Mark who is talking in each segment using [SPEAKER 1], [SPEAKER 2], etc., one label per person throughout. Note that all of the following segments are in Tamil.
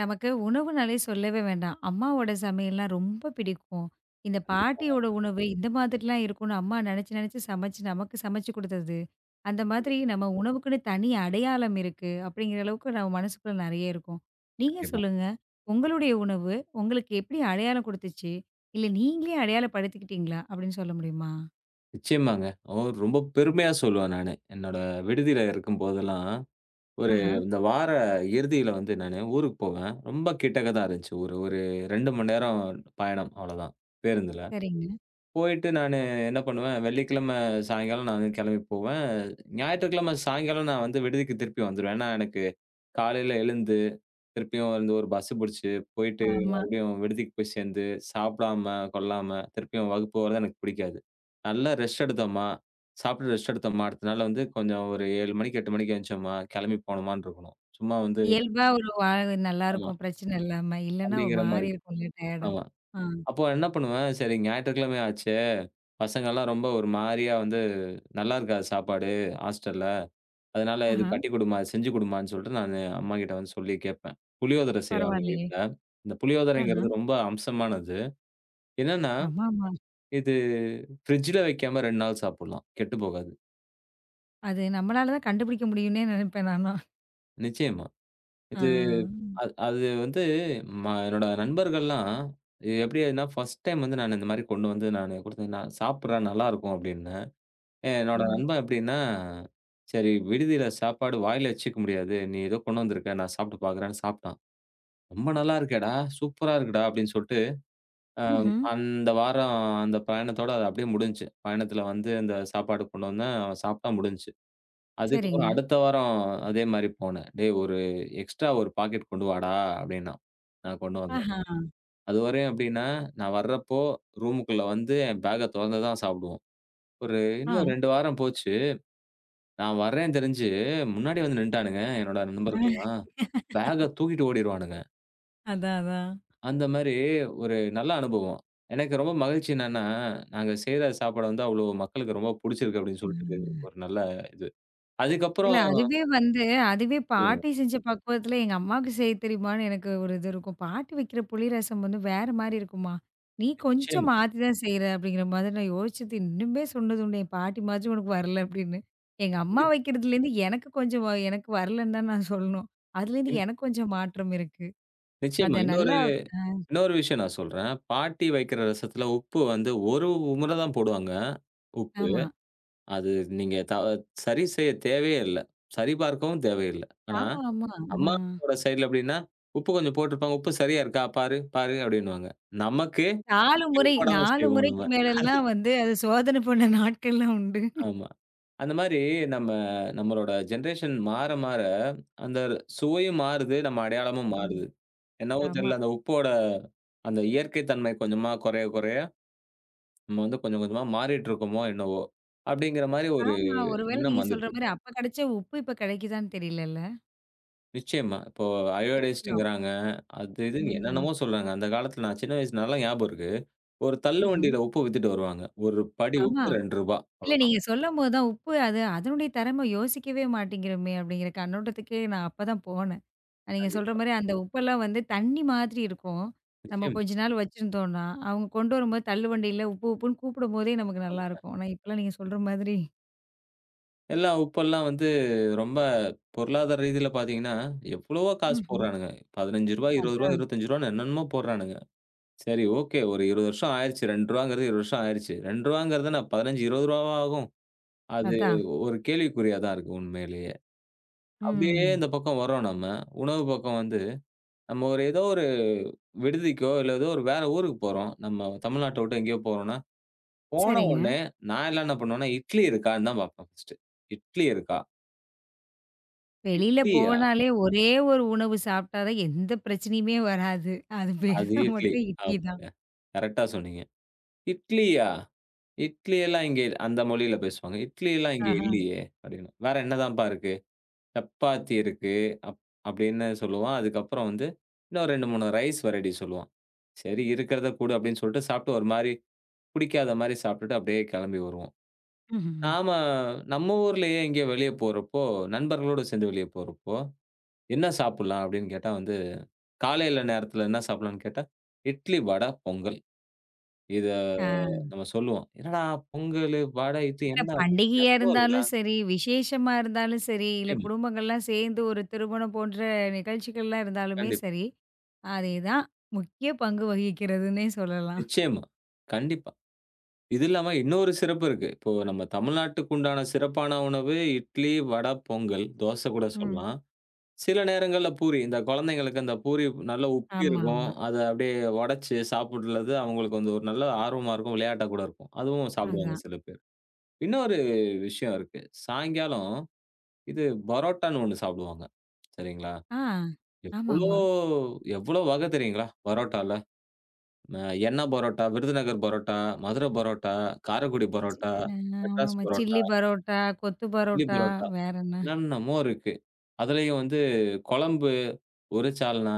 [SPEAKER 1] நமக்கு உணவுனாலே சொல்லவே வேண்டாம். அம்மாவோட சமையல்லாம் ரொம்ப பிடிக்கும். இந்த
[SPEAKER 2] கண்டிப்பாங்க.
[SPEAKER 1] பாட்டியோட உணவு இந்த மாதிரிலாம் இருக்கும்னு அம்மா நெனச்சு, நெனச்சு சமைச்சு நமக்கு சமைச்சு குடுத்தது. அந்த மாதிரி நம்ம உணவுக்குன்னு தனி அடையாளம் இருக்கு. அப்படிங்கிற அளவுக்கு நம்ம மனசுக்குள்ள நெறைய இருக்கும். நீங்க
[SPEAKER 2] கண்டிப்பா.
[SPEAKER 1] சொல்லுங்க. உங்களுடைய உணவு உங்களுக்கு எப்படி அடையாளம் குடுத்துச்சு? இல்ல நீங்களே அடையாளப்படுத்திக்கிட்டீங்களா? அப்படின்னு சொல்ல முடியுமா?
[SPEAKER 2] நிச்சயமாங்க. ஓ, ரொம்ப பெருமையா சொல்லுவேன் நானு. என்னோட விடுதியில இருக்கும்போதெல்லாம், ஒரு
[SPEAKER 1] ஆஹா.
[SPEAKER 2] இந்த வார இறுதியில வந்து நானு ஊருக்கு போவேன். ரொம்ப கிட்டக்க தான் இருந்துச்சு. ஒரு ஒரு 2 மணி நேரம் பயணம், அவ்வளோதான், பேருந்துல.
[SPEAKER 1] சரிங்க.
[SPEAKER 2] போயிட்டு நானு என்ன பண்ணுவேன், வெள்ளிக்கிழமை சாயங்காலம் நான் வந்து கிளம்பி போவேன். ஞாயிற்றுக்கிழமை சாயங்காலம் நான் வந்து விடுதிக்கு திருப்பி வந்துருவேன். ஏன்னா, எனக்கு காலையில எழுந்து, திருப்பியும் வந்து ஒரு பஸ் புடிச்சு, போயிட்டு
[SPEAKER 1] ஆமா.
[SPEAKER 2] மறுபடியும் விடுதிக்கு போய் சேர்ந்து, சாப்பிடாம, கொள்ளாம, திருப்பியும் வகுப்பு வர்றது எனக்கு பிடிக்காது. நல்லா ரெஸ்ட் எடுத்தோமா, சாப்பிட்டு ரெஸ்ட் எடுத்தோமா, அடுத்த நாள் வந்து கொஞ்சம் ஒரு 7 மணிக்கு, 8 மணிக்கு எந்திரிச்சோமா, கிளம்பி போனோமான்னு இருக்கணும். சும்மா வந்து
[SPEAKER 1] இயல்பா ஒரு வாழ்
[SPEAKER 2] ஆமா,
[SPEAKER 1] நல்லாருக்கும். பிரச்சனை இல்லாம. இல்லன்னா ஒரு
[SPEAKER 2] அப்படிங்கிற
[SPEAKER 1] மாரி
[SPEAKER 2] மாரி.
[SPEAKER 1] இருக்கும்ல டயர்டா.
[SPEAKER 2] ஆமா.
[SPEAKER 1] ஆ.
[SPEAKER 2] அப்போ என்ன பண்ணுவேன், சரி, ஞாயிற்றுக்கிழமை ஆச்சே! பசங்கள்லாம் ரொம்ப ஒரு மாரியா வந்து, "நல்லா இருக்காது சாப்பாடு ஹாஸ்டல்ல. அதனால இது
[SPEAKER 1] ஆஹா.
[SPEAKER 2] கட்டிக் குடும்மா, செஞ்சு குடும்மான்னு" சொல்லிட்டு, நானு அம்மாகிட்ட வந்து சொல்லி கேட்பேன். புளியோதரை செய்வாங்க
[SPEAKER 1] பரவாயில்லையே.
[SPEAKER 2] வீட்ல. இந்த
[SPEAKER 1] ஆஹா.
[SPEAKER 2] புளியோதரைங்கிறது ரொம்ப அம்சமானது. என்னன்னா,
[SPEAKER 1] ஆமாமா.
[SPEAKER 2] இது ஃப்ரிட்ஜ்ல வைக்காம 2 நாள் சாப்பிடலாம். கெட்டுப் போகாது.
[SPEAKER 1] அது நம்மளால தான் கண்டுபிடிக்க முடியும்னே நினைப்பேன் நான்லாம்.
[SPEAKER 2] நிச்சயமா.
[SPEAKER 1] ஆ.
[SPEAKER 2] இது
[SPEAKER 1] ம்.
[SPEAKER 2] அது அது வந்து ம என்னோட நண்பர்கள்லாம், "இது எப்படி? ஃபர்ஸ்ட் டைம் வந்து நான் இந்த மாரி கொண்டு வந்து நானு குடுத்தேன். நான் சாப்பிடுறேன், நல்லா இருக்கும்" அப்படின்னு.
[SPEAKER 1] ஆ.
[SPEAKER 2] என்னோட நண்பன் எப்படின்னா, சரி விடுதியில சாப்பாடு வாயில வச்சுக்க முடியாது. நீ ஏதோ கொண்டு வந்திருக்க. நான் சாப்பிட்டு பார்க்குறேன்னு சாப்பிட்டான். "ரொம்ப நல்லா இருக்கேடா. சூப்பரா இருக்குடா" அப்படின்னு சொல்லிட்டு, அ
[SPEAKER 1] ம்ஹ்ம்.
[SPEAKER 2] அந்த வாரம் அந்த பயணத்தோட அது அப்படியே முடிஞ்சுச்சு. பயணத்தில வந்து அந்த சாப்பாடு கொண்டு வந்தேன். அவன் சாப்பிட்டான், முடிஞ்சுச்சு. அதுக்கப்புறம்
[SPEAKER 1] சரிங்க.
[SPEAKER 2] அடுத்த வாரம் அதே மாரி போனேன். "டேய், ஒரு எக்ஸ்ட்ரா ஒரு பாக்கெட் கொண்டு வாடா" அப்படின்னான். நான் கொண்டு வந்தேன்.
[SPEAKER 1] ஆஹா.
[SPEAKER 2] அதுவரையும் எப்படின்னா, நான் வர்றப்போ ரூமுக்குள்ள வந்து என் பேக்க தொறந்து தான் சாப்பிடுவோம். ஒரு
[SPEAKER 1] ஆ.
[SPEAKER 2] இன்னும் 2 வாரம் போச்சு. நான் வர்றேன்னு தெரிஞ்சு, முன்னாடி வந்து நின்ட்டானுங்க. என்னோட நண்பர்கள்லாம். பேக்க தூக்கிட்டு ஓடிருவானுங்க.
[SPEAKER 1] அதான், அதான்.
[SPEAKER 2] அந்த மாரி ஒரு நல்ல அனுபவம். எனக்கு ரொம்ப மகிழ்ச்சி என்னன்னா, நாங்க செய்ற சாப்பாடு வந்து அவ்ளோ மக்களுக்கு ரொம்ப புடிச்சிருக்கு அப்படின்னு சொல்லிட்டு,
[SPEAKER 1] ம்.
[SPEAKER 2] ஒரு நல்ல இது.
[SPEAKER 1] இல்ல
[SPEAKER 2] அதுக்கப்புறம்
[SPEAKER 1] அதுவே வந்து அதுவே
[SPEAKER 2] ம்.
[SPEAKER 1] பாட்டி
[SPEAKER 2] ம்.
[SPEAKER 1] செஞ்ச பக்குவத்துல எங்க அம்மாவுக்கு செய்ய தெரியுமான்னு எனக்கு ஒரு இது இருக்கும். பாட்டி வைக்கிற புளி ரசம் வந்து வேற மாரி இருக்கும்மா. நீ கொஞ்சம்
[SPEAKER 2] நிச்சயமா.
[SPEAKER 1] மாத்தி தான் செய்ற அப்படிங்கிற மாதிரி நான் யோசிச்சது இன்னுமே சொன்னது உண்டு. என் பாட்டி மாதிரி உனக்கு வரல அப்படின்னு. எங்க அம்மா
[SPEAKER 2] கண்டிப்பா.
[SPEAKER 1] வைக்கிறதுலேருந்து எனக்கு கொஞ்சம் எனக்கு வரலன்னு தான் நான் சொல்லணும். அதுலேருந்து
[SPEAKER 2] இன்
[SPEAKER 1] எனக்கு கொஞ்சம் மாற்றம் இருக்கு.
[SPEAKER 2] நிச்சயமா.
[SPEAKER 1] அத
[SPEAKER 2] இன்னொரு
[SPEAKER 1] நல்லா
[SPEAKER 2] இன்னொரு விஷயம் நான் சொல்றேன். பாட்டி வைக்கிற ரசத்துல உப்பு வந்து ஒரு முறை தான் போடுவாங்க. உப்பு.
[SPEAKER 1] ஆமா.
[SPEAKER 2] அது, நீங்க சரி செய்ய தேவையே இல்ல. சரிபார்க்கவும் தேவையில்ல. ஆனா
[SPEAKER 1] ஆமா, ஆமா. ஆ.
[SPEAKER 2] அம்மாவோட சைடுல எப்படின்னா, உப்பு கொஞ்சம் போட்டுருப்பாங்க. "உப்பு சரியா இருக்கா? பாரு, பாரு" அப்படின்னுவாங்க. நமக்கு
[SPEAKER 1] 4
[SPEAKER 2] உப்பே
[SPEAKER 1] முறை
[SPEAKER 2] போடாம
[SPEAKER 1] 4
[SPEAKER 2] செய்வோம் நம்ம.
[SPEAKER 1] முறைக்கு மேலலாம் வந்து அத சோதனை பண்ண நாட்கள்லாம் உண்டு.
[SPEAKER 2] ஆமா. அந்த மாரி நம்ம, நம்மளோட ஜெனரேஷன் மாற, மாற, அந்த சுவையும் மாறுது. நம்ம அடையாளமும்
[SPEAKER 1] ம்.
[SPEAKER 2] மாறுது. என்னவோ
[SPEAKER 1] ஆமா.
[SPEAKER 2] தெரியல. அந்த உப்போட அந்த இயற்கை தன்மை கொஞ்சமா குறைய, குறைய, நம்ம வந்து கொஞ்சம் கொஞ்சமா மாறிட்டு இருக்கோமோ என்னவோ! அப்படிங்கிற மாரி ஒரு
[SPEAKER 1] ஆமா. ஒருவேளை
[SPEAKER 2] எண்ணம்
[SPEAKER 1] நீங்க
[SPEAKER 2] வந்துட்டு
[SPEAKER 1] சொல்ற
[SPEAKER 2] இருக்கு.
[SPEAKER 1] மாரி அப்ப கிடைச்ச உப்பு இப்ப கிடைக்குதான்னு தெரியலல்ல.
[SPEAKER 2] நிச்சயமா. இப்போ
[SPEAKER 1] இருக்கலாம்.
[SPEAKER 2] அயோடைஸ்டுங்கிறாங்க. அது இதுன்னு
[SPEAKER 1] ம்.
[SPEAKER 2] என்னென்னமோ சொல்றாங்க. அந்த காலத்துல நான் சின்ன வயசுல நல்லா ஞாபகம் இருக்கு. ஒரு தள்ளு
[SPEAKER 1] ம்ஹ்ம்.
[SPEAKER 2] வண்டியில உப்பு வித்துட்டு வருவாங்க. ஒரு படி
[SPEAKER 1] ஆமா.
[SPEAKER 2] உப்பு ரூ. 2,
[SPEAKER 1] இல்ல
[SPEAKER 2] அவ்வளோதான்.
[SPEAKER 1] நீங்க சொல்லும்போது தான் உப்பு அது அதனுடைய தரம யோசிக்கவே மாட்டேங்கிறோமே அப்படிங்கிற கண்ணோட்டத்துக்கே நான் அப்பதான் போனேன். நீங்க சொல்ற
[SPEAKER 2] கண்டிப்பா.
[SPEAKER 1] மாரி அந்த உப்பெல்லாம் வந்து தண்ணி மாதிரி இருக்கும். நம்ம
[SPEAKER 2] நிச்சயமா.
[SPEAKER 1] கொஞ்ச நாள் வச்சிருந்தோம்னா, அவங்க கொண்டு வரும்போது தள்ளுவண்டியில உப்பு உப்புன்னு கூப்பிடும்போதே நமக்கு
[SPEAKER 2] ஆமாங்க.
[SPEAKER 1] நல்லாருக்கும். ஆனா இப்பலாம் நீங்க சொல்ற மாதிரி
[SPEAKER 2] எல்லா உப்பெல்லாம் வந்து ரொம்ப பொருளாதார ரீதியில பார்த்தீங்கன்னா, எவ்வளவோ காசு
[SPEAKER 1] ம்ஹ்ம்.
[SPEAKER 2] போடுறானுங்க. ரூ. 15, ரூ. 20, ரூ.
[SPEAKER 1] அதான்,
[SPEAKER 2] 25, என்னென்னமோ போடுறானுங்க. சரி, ஓகே, ஒரு 20 வருஷம் ஆயிருச்சு. ரூ. 2ங்கிறது 20 வருஷம் ஆயிருச்சு. ரூ. 2ங்கிறது என்ன ரூ. 15, ரூ. 20வா ஆகும்? அது
[SPEAKER 1] அதான்.
[SPEAKER 2] ஒரு கேள்விக்குறியா தான் இருக்கு உண்மையிலேயே. அப்படியே
[SPEAKER 1] ம்.
[SPEAKER 2] இந்த பக்கம் வரோம் நம்ம. உணவு பக்கம் வந்து, நம்ம ஒரு ஏதோ ஒரு விடுதிக்கோ, இல்ல ஏதோ ஒரு வேற ஊருக்கு போறோம். நம்ம தமிழ்நாட்ட விட்டு எங்கேயோ போறோம்னா, போன
[SPEAKER 1] சரிங்க.
[SPEAKER 2] உடனே, நான் எல்லாம் என்ன பண்ணுவேன்னா, இட்லி இருக்கான்னு தான் பார்ப்பேன் ஃபர்ஸ்ட்டு. இட்லி இருக்கா?
[SPEAKER 1] வெளியில
[SPEAKER 2] இட்லியா?
[SPEAKER 1] போனாலே ஒரே ஒரு உணவு சாப்பிட்டா தான் எந்த பிரச்சனையுமே வராது. அது பேரு
[SPEAKER 2] அது
[SPEAKER 1] தான்
[SPEAKER 2] இட்லி.
[SPEAKER 1] மட்டும் இட்லி தான்.
[SPEAKER 2] ஆமாங்க. கரெக்ட்டா சொன்னீங்க. இட்லியா? இட்லி எல்லாம் இங்க அந்த மொழியில பேசுவாங்க. இட்லி எல்லாம் இங்க
[SPEAKER 1] ஆஹா.
[SPEAKER 2] இல்லையே! அப்டின்னு. வேற என்னதான்ப்பா இருக்கு? சப்பாத்தி இருக்கு. அப் அப்படின்னு சொல்லுவான். அதுக்கப்புறம் வந்து இன்னும் 2, 3 ரைஸ் வெரைட்டி சொல்லுவான். சரி இருக்கிறத குடு அப்படின்னு சொல்லிட்டு சாப்பிட்டு ஒரு மாரி புடிக்காத மாரி சாப்பிட்டுட்டு அப்படியே கிளம்பி வருவோம்.
[SPEAKER 1] ம்ஹ்ம்.
[SPEAKER 2] நாம நம்ம ஊர்லயே எங்கேயோ வெளிய போறப்போ, நண்பர்களோட சேர்ந்து வெளிய போறப்போ என்ன சாப்பிடலாம் அப்படின்னு கேட்டா வந்து, காலையில நேரத்தில என்ன சாப்பிடலாம்ன்னு கேட்டா, இட்லி, வடை, பொங்கல். இத
[SPEAKER 1] ஆ.
[SPEAKER 2] நம்ம சொல்லுவோம். "என்னடா பொங்கலு, வடை, இது
[SPEAKER 1] இல்ல
[SPEAKER 2] என்னடா
[SPEAKER 1] பண்டிகையா
[SPEAKER 2] நியாபகம் இருக்குதா?"
[SPEAKER 1] இருந்தாலும் சரி, விசேஷமா இருந்தாலும் சரி, இல்ல
[SPEAKER 2] நிச்சயமா,
[SPEAKER 1] குடும்பங்கள்லாம் சேர்ந்து ஒரு திருமணம் போன்ற நிகழ்ச்சிகள்லாம் இருந்தாலுமே
[SPEAKER 2] கண்டிப்பா,
[SPEAKER 1] சரி, அதே தான் முக்கிய பங்கு வகிக்கிறதுன்னே சொல்லலாம்.
[SPEAKER 2] நிச்சயமா, கண்டிப்பா. இது இல்லாம இன்னொரு சிறப்பு இருக்கு. இப்போ நம்ம தமிழ்நாட்டுக்கு உண்டான சிறப்பான உணவு இட்லி, வடை, பொங்கல், தோசை கூட
[SPEAKER 1] ம்.
[SPEAKER 2] சொல்லலாம். சில நேரங்கள்ல பூரி. இந்த குழந்தைங்களுக்கு அந்த பூரி நல்லா உப்பி
[SPEAKER 1] ஆமா,
[SPEAKER 2] இருக்கும்.
[SPEAKER 1] ஆமா.
[SPEAKER 2] அத அப்படியே உடைச்சு சாப்பிடுறது அவங்களுக்கு வந்து ஒரு நல்ல ஆர்வமா இருக்கும். விளையாட்டா கூட இருக்கும். அதுவும் சாப்பிடுவாங்க
[SPEAKER 1] அதான்.
[SPEAKER 2] சில பேர். இன்னொரு விஷயம் இருக்கு. சாயங்காலம் இது பரோட்டான்னு ஒண்ணு சாப்பிடுவாங்க. சரிங்களா?
[SPEAKER 1] ஆ.
[SPEAKER 2] எவ்ளோ
[SPEAKER 1] ஆமாமா.
[SPEAKER 2] எவ்ளோ வகை தெரியுங்களா? பரோட்டால. அ எண்ணெய் பரோட்டா, விருதுநகர் பரோட்டா, மதுரை பரோட்டா, காரைக்குடி பரோட்டா, மெட்ராஸ்
[SPEAKER 1] ஆமாமா.
[SPEAKER 2] பரோட்டா,
[SPEAKER 1] சில்லி பரோட்டா, கொத்து
[SPEAKER 2] தில்லி
[SPEAKER 1] பரோட்டா,
[SPEAKER 2] பரோட்டா,
[SPEAKER 1] வேற என்ன?
[SPEAKER 2] என்னென்னமோ இருக்கு. அதுலயும் வந்து குழம்பு, ஒரு சால்னா,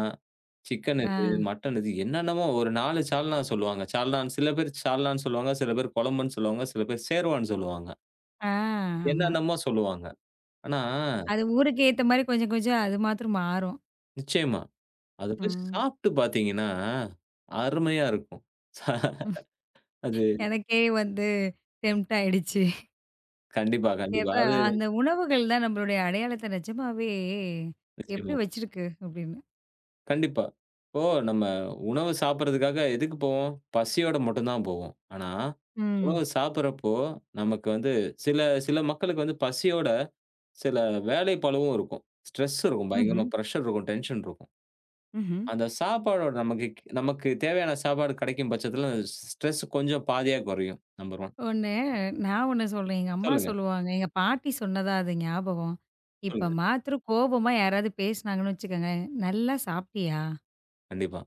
[SPEAKER 2] சிக்கன்
[SPEAKER 1] ஆ.
[SPEAKER 2] இது, மட்டன் இது, என்னென்னமோ ஒரு 4 சால்னா சொல்லுவாங்க. சால்னான்னு சில பேர் சால்னான்னு சொல்லுவாங்க, சில பேர் குழம்புன்னு சொல்லுவாங்க, சில பேர் சேர்வான்னு சொல்லுவாங்க.
[SPEAKER 1] ஆ. ஆமா.
[SPEAKER 2] என்னென்னமோ சொல்லுவாங்க. ஆனா
[SPEAKER 1] அது ஊருக்கு ஏத்த மாரி கொஞ்சம் கொஞ்சம் அது மாத்திரம் மாறும்.
[SPEAKER 2] நிச்சயமா. அத போய்
[SPEAKER 1] ம்.
[SPEAKER 2] சாப்ட்டு பார்த்தீங்கன்னா, அருமையா இருக்கும். அது
[SPEAKER 1] எனக்கே வந்து டெம்ப்ட் ஆயிடுச்சு.
[SPEAKER 2] கண்டிப்பா, கண்டிப்பா.
[SPEAKER 1] எப்ப
[SPEAKER 2] அது
[SPEAKER 1] அந்த உணவுகள் தான் நம்மளுடைய அடையாளத்த நிஜமாவே
[SPEAKER 2] நிச்சயமா.
[SPEAKER 1] எப்படி வச்சிருக்கு அப்படின்னு.
[SPEAKER 2] கண்டிப்பா. இப்போ நம்ம உணவு சாப்பிடுறதுக்காக எதுக்கு போவோம்? பசியோட மட்டும் தான் போவோம். ஆனா,
[SPEAKER 1] ம்.
[SPEAKER 2] உணவு சாப்பிடுறப்போ நமக்கு வந்து சில, மக்களுக்கு வந்து பசியோட சில வேலைப்பளுவும் இருக்கும். ஸ்ட்ரெஸ் இருக்கும்.
[SPEAKER 1] ம்ஹ்ம்.
[SPEAKER 2] பயங்கரமா பிரஷர் இருக்கும். டென்ஷன் இருக்கும்.
[SPEAKER 1] ம்ஹ்ம்.
[SPEAKER 2] அந்த சாப்பாடோட நமக்கு, தேவையான சாப்பாடு கிடைக்கும் பட்சத்தில, ஸ்ட்ரெஸ் கொஞ்சம் பாதியா குறையும். நம்பர் 1.
[SPEAKER 1] ஒண்ணு நான் ஒண்ணு சொல்றேன். எங்க அம்மா
[SPEAKER 2] சொல்லுங்க,
[SPEAKER 1] சொல்லுவாங்க. எங்க பாட்டி சொன்னதா அது ஞாபகம். இப்ப
[SPEAKER 2] சொல்லுங்க.
[SPEAKER 1] மாத்திரம் கோபமா யாராவது பேசினாங்கன்னு வச்சுக்கோங்க. "நல்லா சாப்பிட்டியா?"
[SPEAKER 2] கண்டிப்பா,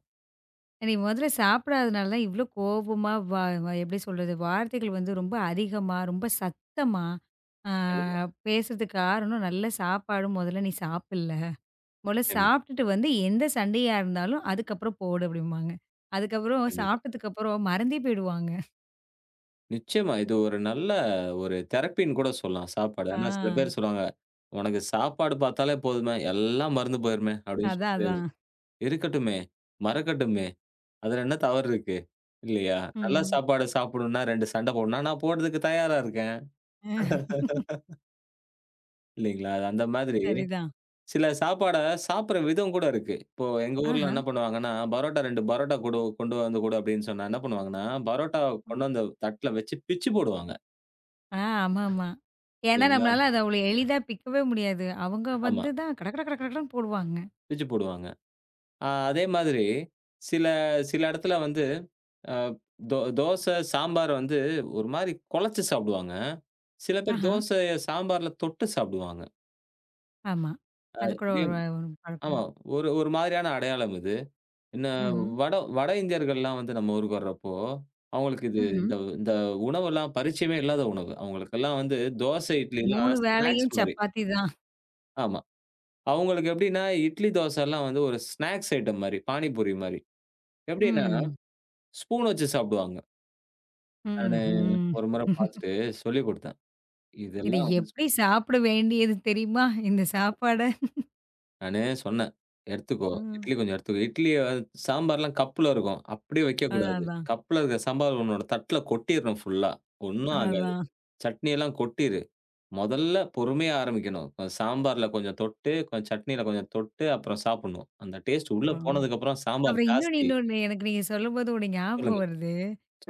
[SPEAKER 1] நீ முதல்ல சாப்பிடாதனால தான் இவ்வளோ கோபமா வா வா எப்படி சொல்றது? வார்த்தைகள் வந்து ரொம்ப அதிகமா, ரொம்ப சத்தமா ஆ
[SPEAKER 2] கண்டிப்பா.
[SPEAKER 1] பேசுறதுக்கு காரணம் நல்ல சாப்பாடு முதல்ல நீ சாப்பிடல. முதல்ல
[SPEAKER 2] நிச்சயமா,
[SPEAKER 1] சாப்பிட்டுட்டு வந்து எந்த சண்டையா இருந்தாலும் அதுக்கப்புறம் போடு அப்படிம்பாங்க. அதுக்கப்புறம்
[SPEAKER 2] கண்டிப்பா.
[SPEAKER 1] சாப்பிட்டதுக்கு அப்புறம் மறந்தே போயிடுவாங்க.
[SPEAKER 2] நிச்சயமா. இது ஒரு நல்ல ஒரு தெரப்பின்னு கூட சொல்லலாம் சாப்பாடு.
[SPEAKER 1] ஆ.
[SPEAKER 2] ஆனா சில பேர் சொல்லுவாங்க, "உனக்கு சாப்பாடு பார்த்தாலே போதுமே, எல்லாம் மறந்து போயிருமே" அப்படின்னு
[SPEAKER 1] அதான்,
[SPEAKER 2] சொல்லிட்டு,
[SPEAKER 1] அதான்.
[SPEAKER 2] "இருக்கட்டுமே, மறக்கட்டுமே, அதுல என்ன தவறு இருக்கு?" இல்லையா? நல்ல
[SPEAKER 1] ம்.
[SPEAKER 2] சாப்பாடு சாப்பிடணும்னா 2 சண்டை போடணும்னா, நான் போடுறதுக்கு தயாரா இருக்கேன்.
[SPEAKER 1] அஹ்
[SPEAKER 2] இல்லைங்களா? அது அந்த மாதிரி
[SPEAKER 1] சரிதான்.
[SPEAKER 2] சில சாப்பாட சாப்பிடுற விதம் கூட இருக்கு. இப்போ எங்க ஊர்ல
[SPEAKER 1] ஆஹா.
[SPEAKER 2] என்ன பண்ணுவாங்கன்னா, பரோட்டா 2 பரோட்டா கொடு கொண்டு வந்து குடு அப்படின்னு சொன்னா என்ன பண்ணுவாங்கன்னா, பரோட்டாவ கொண்டு
[SPEAKER 1] ம்.
[SPEAKER 2] வந்து தட்டுல வச்சு பிச்சு போடுவாங்க.
[SPEAKER 1] ஆ ஆமாமா. ஏன்னா
[SPEAKER 2] சரிங்களா?
[SPEAKER 1] நம்மளால அத அவ்வளோ எளிதா பிக்கவே முடியாது. அவங்க
[SPEAKER 2] ஆமா.
[SPEAKER 1] வந்து தான் கட கட கட கடன்னு போடுவாங்க.
[SPEAKER 2] பிச்சு போடுவாங்க. ஆ, அதே மாதிரி சில, இடத்துல வந்து அ தோசை, சாம்பார் வந்து ஒரு மாரி குழச்சு சாப்பிடுவாங்க. சில பேர்
[SPEAKER 1] ஆஹா.
[SPEAKER 2] தோசைய சாம்பார்ல தொட்டு சாப்பிடுவாங்க.
[SPEAKER 1] ஆமா.
[SPEAKER 2] அ
[SPEAKER 1] அது கூட
[SPEAKER 2] இதே
[SPEAKER 1] ஒரு ஒரு பழக்கம்
[SPEAKER 2] ஆமா.
[SPEAKER 1] தான்.
[SPEAKER 2] ஒரு ஒரு மாதிரியான அடையாளம் இது. என்ன
[SPEAKER 1] ம்ஹ்ம்.
[SPEAKER 2] வட வட இந்தியர்கள்லாம் வந்து நம்ம ஊருக்கு வர்றப்போ, அவங்களுக்கு இது,
[SPEAKER 1] ம்ஹ்ம்.
[SPEAKER 2] இந்த இந்த உணவெல்லாம் பரிச்சயமே இல்லாத உணவு. அவங்களுக்கெல்லாம் வந்து தோசை, இட்லிலாம்
[SPEAKER 1] 3
[SPEAKER 2] ஸ்நாக்ஸ்
[SPEAKER 1] வேளையும்
[SPEAKER 2] மாரி.
[SPEAKER 1] சப்பாத்தி தான்.
[SPEAKER 2] ஆமா. அவங்களுக்கு எப்படின்னா, இட்லி, தோசைலாம் வந்து ஒரு ஸ்நாக்ஸ் ஐட்டம் மாரி. பானிபூரி மாரி. எப்படின்னா,
[SPEAKER 1] ம்.
[SPEAKER 2] ஸ்பூன் வச்சு சாப்பிடுவாங்க. நானு
[SPEAKER 1] ம்ஹ்ம்.
[SPEAKER 2] ஒரு முறை பார்த்துட்டு சொல்லிக் குடுத்தேன்.
[SPEAKER 1] இத
[SPEAKER 2] இதெல்லாம் வந்து
[SPEAKER 1] எப்படி சாப்பிட வேண்டியது தெரியுமா? இந்த
[SPEAKER 2] சொன்னாங்க.
[SPEAKER 1] சாப்பாட.
[SPEAKER 2] நானு சொன்னேன், "எடுத்துக்கோ,
[SPEAKER 1] ம்.
[SPEAKER 2] இட்லி கொஞ்சம் எடுத்துக்கோ." இட்லிய சாம்பார்லாம் கப்ல இருக்கும். அப்படியே
[SPEAKER 1] அதான்,
[SPEAKER 2] வைக்கக்கூடாது.
[SPEAKER 1] அதான்.
[SPEAKER 2] கப்ல இருக்கிற சாம்பார் உன்னோட தட்டுல கொட்டிறணும் ஃபுல்லா. ஒண்ணும் ஆகாது.
[SPEAKER 1] அதான்.
[SPEAKER 2] சட்னியெல்லாம் கொட்டிரு. மொதல்ல பொறுமையா ஆரம்பிக்கணும். சாம்பார்ல கொஞ்சம் தொட்டு, கொஞ்சம் சட்னியில கொஞ்சம் தொட்டு, அப்புறம் சாப்பிடணும். அந்த டேஸ்ட் உள்ள
[SPEAKER 1] ஆ.
[SPEAKER 2] போனதுக்கப்புறம் சாம்பார்
[SPEAKER 1] அப்புறம் இன்னொன்னு
[SPEAKER 2] ஜாஸ்தி.
[SPEAKER 1] இன்னொன்னு எனக்கு நீங்க சொல்லும்போது ஒரு ஞாபகம்
[SPEAKER 2] சொல்லுங்க,
[SPEAKER 1] வருது.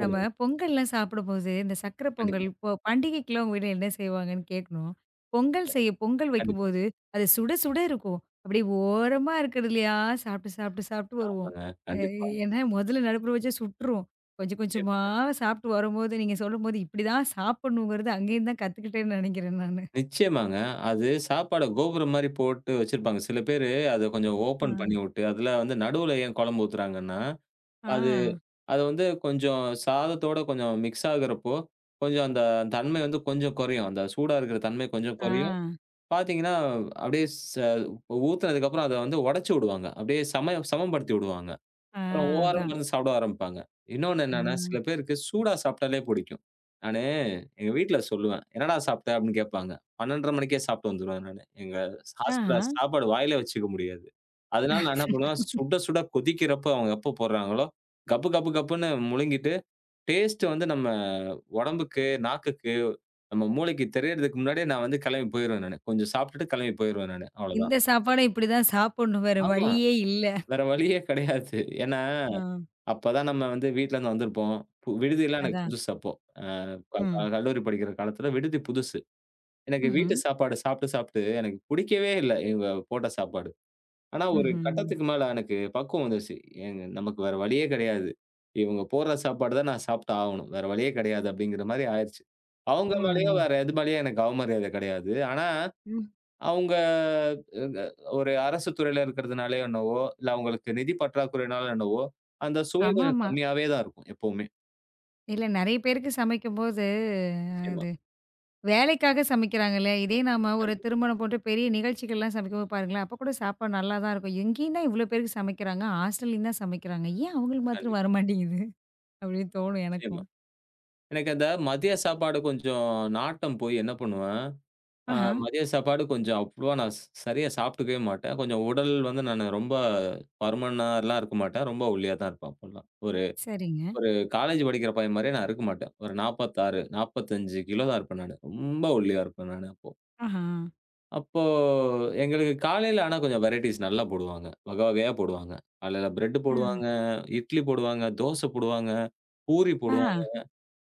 [SPEAKER 1] நம்ம பொங்கல்லாம் சாப்பிடும்போது, இந்த சர்க்கரை பொங்கல்
[SPEAKER 2] கண்டிப்பா,
[SPEAKER 1] இப்போ பண்டிகைக்குலாம் உங்க வீட்ல என்ன செய்வாங்கன்னு கேட்கணும். பொங்கல் செய்ய பொங்கல்
[SPEAKER 2] கண்டிப்பா.
[SPEAKER 1] வைக்கும்போது, அது சுட சுட இருக்கும். அப்படியே ஓரமா இருக்கிறதுலயா சாப்பிட்டு சாப்பிட்டு சாப்பிட்டு வருவோம்.
[SPEAKER 2] ஆமாங்க.
[SPEAKER 1] அ
[SPEAKER 2] கண்டிப்பா.
[SPEAKER 1] ஏன்னா முதல்ல நடுப்புற வச்சா சுட்டுரும். கொஞ்சம்
[SPEAKER 2] நிச்சயமா.
[SPEAKER 1] கொஞ்சமா சாப்பிட்டு வரும்போது, நீங்க சொல்லும்போது இப்படிதான் சாப்பிடணுங்கிறது அங்கேருந்து தான் கத்துக்கிட்டேன்னு நினைக்கிறேன் நானு.
[SPEAKER 2] நிச்சயமாங்க. அது சாப்பாட கோபுரம் மாரி போட்டு வச்சிருப்பாங்க. சில பேரு அத கொஞ்சம்
[SPEAKER 1] ஆ,
[SPEAKER 2] ஓப்பன் பண்ணிவுட்டு, அதுல வந்து நடுவுல ஏன் குழம்பு ஊத்துறாங்கன்னா,
[SPEAKER 1] ஆ,
[SPEAKER 2] அது, வந்து கொஞ்சம் சாதத்தோட கொஞ்சம் மிக்ஸ் ஆகுறப்போ, கொஞ்சம் அந்த தன்மை வந்து கொஞ்சம் குறையும். அந்த சூடா இருக்கிற தன்மை கொஞ்சம்
[SPEAKER 1] ஆ,
[SPEAKER 2] குறையும். பார்த்தீங்கன்னா, அப்படியே ஊத்துனதுக்கப்புறம் அத வந்து உடைச்சு விடுவாங்க. அப்படியே சம சமப்படுத்தி விடுவாங்க. அப்புறம் ஓஆர்
[SPEAKER 1] அதான்.
[SPEAKER 2] மருந்து சாப்பிட ஆரம்பிப்பாங்க. இன்னொன்னு
[SPEAKER 1] ஆ. ஆ,
[SPEAKER 2] என்னன்னா,
[SPEAKER 1] அதான்.
[SPEAKER 2] சில பேருக்கு சூடா சாப்பிட்டாலே புடிக்கும். நானு எங்க வீட்ல சொல்லுவேன். "என்னடா சாப்பிட்ட?" அப்படின்னு கேட்பாங்க. 12:30 மணிக்கே சாப்பிட்டு வந்துருவேன் நானு. எங்க
[SPEAKER 1] ஆ,
[SPEAKER 2] ஹாஸ்டல்ல
[SPEAKER 1] ஆஹா.
[SPEAKER 2] சாப்பாடு வாயிலே வச்சுக்க முடியாது. அதனால நான் என்ன பண்ணுவேன், சுட சுட கொதிக்கிறப்ப அவங்க எப்போ போடுறாங்களோ, கப்பு கப்பு கப்புன்னு முழுங்கிட்டு, டேஸ்ட் வந்து நம்ம உடம்புக்கு, நாக்குக்கு, நம்ம மூளைக்கு தெரியறதுக்கு முன்னாடியே நான் வந்து கிளம்பி போயிருவேன் நானு. கொஞ்சம் சாப்பிட்டுட்டு கிளம்பி போயிருவேன் நானு. அவ்வளோதான்.
[SPEAKER 1] இந்த சாப்பாட இப்படிதான் சாப்பிடணும். வேற
[SPEAKER 2] ஆமா.
[SPEAKER 1] வழியே இல்ல.
[SPEAKER 2] வேற வழியே கிடையாது. ஏன்னா
[SPEAKER 1] ஆ.
[SPEAKER 2] அப்பதான் நம்ம வந்து வீட்லருந்து வந்திருப்போம். விடுதிலாம் எனக்கு
[SPEAKER 1] அதான்.
[SPEAKER 2] புதுசு அப்போ. க க
[SPEAKER 1] ம்.
[SPEAKER 2] கல்லூரி படிக்கிற காலத்துல விடுதி புதுசு. எனக்கு
[SPEAKER 1] ம்ஹ்ம்.
[SPEAKER 2] வீட்டு சாப்பாடு சாப்பிட்டு, சாப்பிட்டு எனக்கு பிடிக்கவே இல்ல இவங்க போட்ட சாப்பாடு. ஆனா ஒரு
[SPEAKER 1] ம்ஹ்ம்.
[SPEAKER 2] கட்டத்துக்கு மேல எனக்கு பக்குவம் வந்துருச்சு. ஏங்க நமக்கு வேற வழியே கிடையாது. இவங்க போடுற சாப்பாடு தான் நான் சாப்பிட்டு ஆகணும். வேற வழியே கிடையாது அப்படிங்கிற மாரி ஆயிருச்சு. அவங்க மேலயோ
[SPEAKER 1] ம்.
[SPEAKER 2] வேற எது மேலயோ எனக்கு அவமரியாதை கிடையாது. ஆனா
[SPEAKER 1] ம்.
[SPEAKER 2] அவங்க அ ஒரு அரசு துறையில இருக்கிறதுனாலயோ என்னவோ, இல்ல அவங்களுக்கு நிதி பற்றாக்குறையினால என்னவோ, அந்த சுவை கொஞ்சம்
[SPEAKER 1] ஆமாமா.
[SPEAKER 2] கம்மியாவே தான் இருக்கும் எப்பவுமே.
[SPEAKER 1] இல்ல நெறைய பேருக்கு சமைக்கும்போது
[SPEAKER 2] நிச்சயமா.
[SPEAKER 1] அது வேலைக்காக சமைக்கிறாங்கல்ல. இதே நாம ஒரு
[SPEAKER 2] கண்டிப்பா,
[SPEAKER 1] திருமணம் போன்ற பெரிய நிகழ்ச்சிகள்லாம் சமைக்கும்போது பாருங்களேன், அப்ப கூட சாப்பாடு நல்லா தான் இருக்கும். எங்கேயும் தான் இவ்ளோ பேருக்கு சமைக்கிறாங்க. ஹாஸ்டல்லயும் தான் சமைக்கிறாங்க. ஏன் அவங்களுக்கு மாத்திரம்
[SPEAKER 2] கண்டிப்பா.
[SPEAKER 1] வரமாட்டேங்குது? அப்படின்னு தோணும்
[SPEAKER 2] நிச்சயமா.
[SPEAKER 1] எனக்கும்.
[SPEAKER 2] எனக்கு அந்த மதிய சாப்பாடு கொஞ்சம் நாட்டம் போய் என்ன பண்ணுவேன், அ
[SPEAKER 1] ஆஹா.
[SPEAKER 2] மதிய சாப்பாடு கொஞ்சம் அவ்வளவா நான் சரியா சாப்பிட்டுக்கவே மாட்டேன். கொஞ்சம் உடல் வந்து நானு ரொம்ப பருமனாலாம் இருக்க மாட்டேன். ரொம்ப ஒல்லியா தான் இருப்பேன் அப்போலாம். ஒரு
[SPEAKER 1] சரிங்க.
[SPEAKER 2] ஒரு காலேஜ் படிக்கிற பையன் மாரியே நான் இருக்க மாட்டேன். ஒரு 46, 45 கிலோ தான் இருப்பேன் நானு. ரொம்ப ஒல்லியா இருப்பேன் நானு அப்போ.
[SPEAKER 1] ஆஹா.
[SPEAKER 2] அப்போ எங்களுக்கு காலையில ஆனா கொஞ்சம் வெரைட்டீஸ் நல்லா போடுவாங்க. வகை வகையா போடுவாங்க. காலையில பிரெட்
[SPEAKER 1] ஆ.
[SPEAKER 2] போடுவாங்க, இட்லி போடுவாங்க, தோசை போடுவாங்க, பூரி
[SPEAKER 1] ஆஹா.
[SPEAKER 2] போடுவாங்க.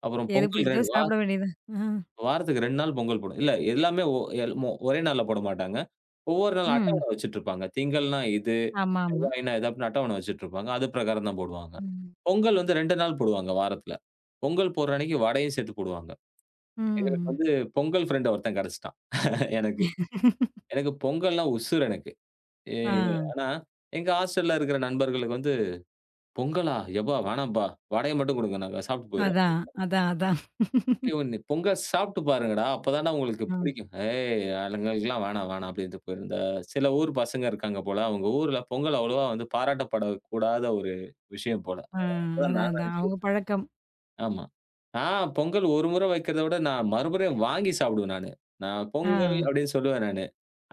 [SPEAKER 2] அப்புறம்
[SPEAKER 1] எது
[SPEAKER 2] பொங்கல் ரெ
[SPEAKER 1] பிடிக்குதோ
[SPEAKER 2] வா
[SPEAKER 1] சாப்பிட வேண்டியது தான். ஆ.
[SPEAKER 2] வாரத்துக்கு 2 நாள் பொங்கல் போடும். இல்ல எல்லாமே ஒ எல் மொ ஒரே நாள்ல போட மாட்டாங்க. ஒவ்வொரு நாள்
[SPEAKER 1] ம்.
[SPEAKER 2] அட்டவணை வச்சுட்டுருப்பாங்க. திங்கள்னா இது,
[SPEAKER 1] ஆமாமா.
[SPEAKER 2] செவ்வாய்னா இது அப்டின்னு அட்டவணை வச்சுட்டுருப்பாங்க. அது பிரகாரம் தான் போடுவாங்க.
[SPEAKER 1] ம்.
[SPEAKER 2] பொங்கல் வந்து 2 நாள் போடுவாங்க வாரத்துல. பொங்கல் போடுற அன்னைக்கு வடையும் சேர்த்து போடுவாங்க. எங்களுக்கு
[SPEAKER 1] ம்.
[SPEAKER 2] வந்து பொங்கல் ஃப்ரெண்ட் ஒருத்தன் கிடைச்சுட்டான் எனக்கு. எனக்கு பொங்கல்னா உசுரு எனக்கு. எ
[SPEAKER 1] ஆ.
[SPEAKER 2] ஆனா எங்க ஹாஸ்டல்ல இருக்கிற நண்பர்களுக்கு வந்து, "பொங்கலா? யப்பா வேணாம்ப்பா. வடைய மட்டும் குடுங்க. நாங்க சாப்ட்டு போயிறோம்."
[SPEAKER 1] அதான், அதான், அதான்.
[SPEAKER 2] ஏய், நீ பொங்கல் சாப்பிட்டு பாருங்கடா. அப்பதான்டா உங்களுக்கு
[SPEAKER 1] ம்.
[SPEAKER 2] பிடிக்கும். ஏய், எங்களுக்கெல்லாம் வேணாம், வேணாம் அப்படின்ட்டு போயிருந்த சில ஊர் பசங்க இருக்காங்க போல. அவங்க ஊர்ல பொங்கல் அவ்வளவா வந்து பாராட்டப்படக்கூடாத ஒரு விஷயம் போல.
[SPEAKER 1] ஆ.
[SPEAKER 2] அப்பதான்
[SPEAKER 1] அதான்,
[SPEAKER 2] நான்
[SPEAKER 1] அதான். அவங்க
[SPEAKER 2] நினைச்சுக்கிட்டேன்.
[SPEAKER 1] பழக்கம்.
[SPEAKER 2] ஆமா. நான் பொங்கல் ஒரு முறை வைக்கிறத விட நான் மறுபடியும் வாங்கி சாப்பிடுவேன் நானு. நான்
[SPEAKER 1] ஆ.
[SPEAKER 2] பொங்கல் அப்படின்னு சொல்லுவேன் நானு.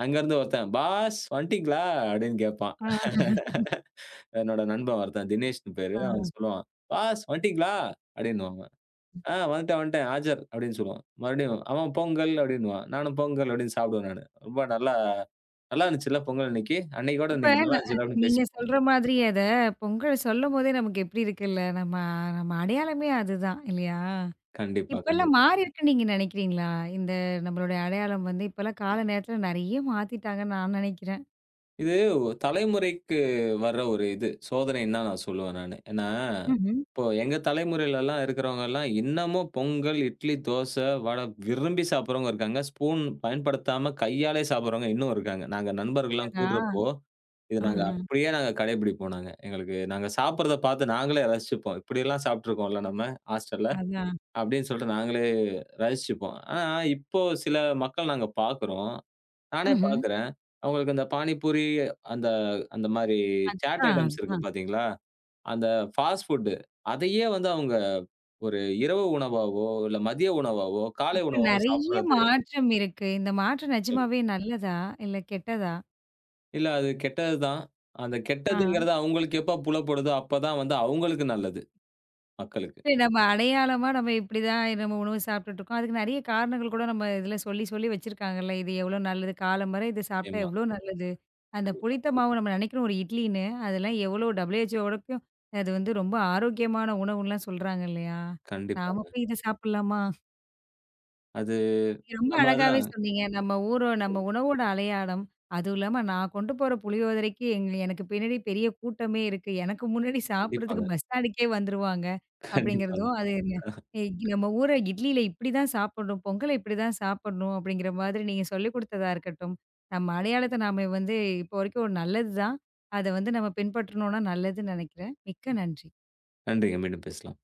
[SPEAKER 2] அங்கருந்து ஒருத்தன் "பாஸ் வந்துட்டீங்களா?" அப்படின்னு கேட்பான்.
[SPEAKER 1] ஆஹா.
[SPEAKER 2] என்னோட நண்பன் ஒருத்தன் தினேஷ்ன்னு பேரு. அவன் சொல்லுவான். "பாஸ் வந்துட்டீங்களா?" அப்படின்னுவான். ஆ வந்துட்டேன், வந்துட்டேன். "ஆஜர்" அப்படின்னு சொல்லுவான். மறுபடியும் அவன் "பொங்கல்" அப்படின்னுவான். நானும் "பொங்கல்" அப்படின்னு சாப்பிடுவேன் நானு. ரொம்ப நல்லா நல்லா இருந்துச்சுல்ல பொங்கல் அன்னைக்கு. அன்னைக்கோட
[SPEAKER 1] இப்ப
[SPEAKER 2] இன்னைக்கு
[SPEAKER 1] ந
[SPEAKER 2] நல்லா இருந்துச்சுடா அப்படின்னு
[SPEAKER 1] நீங்க
[SPEAKER 2] பேசிப்போம்.
[SPEAKER 1] சொல்ற மாதிரி அத பொங்கல் சொல்லும்போதே நமக்கு எப்படி இருக்குல்ல, நம்ம நம்ம அடையாளமே அதுதான் இல்லையா?
[SPEAKER 2] கண்டிப்பா, கண்டிப்பா.
[SPEAKER 1] இப்பல்லாம் மாறியிருக்குன்னு நீங்க நினைக்கிறீங்களா? இந்த நம்மளுடைய அடையாளம் வந்து இப்பல்லாம் கால நேரத்துல நெறைய மாத்திட்டாங்கன்னு நான் நினைக்கிறேன்.
[SPEAKER 2] இது தலைமுறைக்கு வர்ற ஒரு இது. சோதனைன்னு தான் நான் சொல்லுவேன் நானு. ஏன்னா,
[SPEAKER 1] ம்ஹ்ம்.
[SPEAKER 2] இப்போ எங்க தலைமுறையிலலாம் இருக்கிறவங்கலாம் இன்னமும் பொங்கல், இட்லி, தோசை, வடை விரும்பி சாப்பிடுறவங்க இருக்காங்க. ஸ்பூன் பயன்படுத்தாம கையாலே சாப்பிடுறவங்க இன்னும் இருக்காங்க. நாங்க நண்பர்கள்லாம்
[SPEAKER 1] அடடா!
[SPEAKER 2] கூடுறப்போ இது நாங்க
[SPEAKER 1] ஆஹா.
[SPEAKER 2] அப்படியே நாங்க கடைபிடிப்போம் நாங்க. எங்களுக்கு நாங்க சாப்பிடுறத பார்த்து நாங்களே ரசிச்சுப்போம். இப்படியெல்லாம் சாப்பிட்டுருக்கோம்ல நம்ம ஹாஸ்டல்ல.
[SPEAKER 1] அதான்.
[SPEAKER 2] அப்படின்னு சொல்லிட்டு நாங்களே ரசிச்சுப்போம். ஆனா, இப்போ சில மக்கள் நாங்க பார்க்குறோம். நானே ம்.
[SPEAKER 1] ம்ஹ்ம்.
[SPEAKER 2] பார்க்குறேன். அவங்களுக்கு அந்த பானிபூரி, அந்த அந்த மாரி சாட்
[SPEAKER 1] ஆ.
[SPEAKER 2] ஐட்டம்ஸ் இருக்கு
[SPEAKER 1] அதான்.
[SPEAKER 2] பார்த்தீங்களா? அந்த ஃபாஸ்ட் ஃபுட் அதையே வந்து அவங்க ஒரு இரவு உணவாவோ, இல்ல மதிய உணவாவோ, காலை
[SPEAKER 1] இப்ப
[SPEAKER 2] உணவாவோ
[SPEAKER 1] நெறைய
[SPEAKER 2] சாப்பிடுறது.
[SPEAKER 1] மாற்றம் இருக்கு. இந்த மாற்றம் நிஜமாவே நல்லதா? இல்ல கெட்டதா?
[SPEAKER 2] இல்ல அது கெட்டது தான். அந்த
[SPEAKER 1] ஆ.
[SPEAKER 2] கெட்டதுங்கிறது அவங்களுக்கு எப்ப புலப்படுதோ அப்பதான் வந்து அவங்களுக்கு நல்லது. மக்களுக்கு.
[SPEAKER 1] இல்ல நம்ம அடையாளமா நம்ம இப்படிதான் நம்ம உணவு சாப்பிட்டுட்டுருக்கோம். அதுக்கு நெறைய காரணங்கள் கூட நம்ம இதில சொல்லி சொல்லி வச்சிருக்காங்கல்ல. இது எவ்வளோ நல்லது, காலம் வரை இது சாப்பிட்டா
[SPEAKER 2] நிச்சயமா.
[SPEAKER 1] எவ்வளோ நல்லது. அந்த
[SPEAKER 2] கண்டிப்பா.
[SPEAKER 1] புளித்த மாவு நம்ம நினைக்கிறோம் ஒரு இட்லின்னு, அதெல்லாம் எவ்வளோ WHO க்கும் அது வந்து ரொம்ப ஆரோக்கியமான உணவுன்லாம் சொல்றாங்க இல்லையா? நாம
[SPEAKER 2] கண்டிப்பாங்க.
[SPEAKER 1] போய் இத சாப்பிடலாமா?
[SPEAKER 2] அது
[SPEAKER 1] ரொம்ப
[SPEAKER 2] நம்ம
[SPEAKER 1] அழகாவே
[SPEAKER 2] அதான்
[SPEAKER 1] சொன்னீங்க. நம்ம ஊரோ நம்ம உணவோட அடையாளம். அதுவும் இல்லாம நான் கொண்டு போற புளியோதரைக்கு எங்க எனக்கு பின்னாடி பெரிய கூட்டமே இருக்கு. எனக்கு முன்னாடி சாப்பிடுறதுக்கு
[SPEAKER 2] கண்டிப்பாங்க,
[SPEAKER 1] பஸ் ஸ்டாண்டுக்கே வந்துருவாங்க.
[SPEAKER 2] கண்டிப்பாங்க.
[SPEAKER 1] அப்படிங்கிறதும் அது என்ன எ நம்ம ஊர இட்லியில இப்படிதான் சாப்பிடணும். பொங்கல இப்படிதான் சாப்பிடணும். அப்படிங்கிற மாதிரி நீங்க சொல்லிக் குடுத்ததா இருக்கட்டும். நம்ம அடையாளத்த நாம வந்து இப்போ வரைக்கும் நல்லது தான். அத வந்து நம்ம பின்பற்றணும்னா நல்லதுன்னு நெனைக்கிறேன். மிக்க நன்றி.
[SPEAKER 2] நன்றிங்க. மீண்டும் பேசலாம்.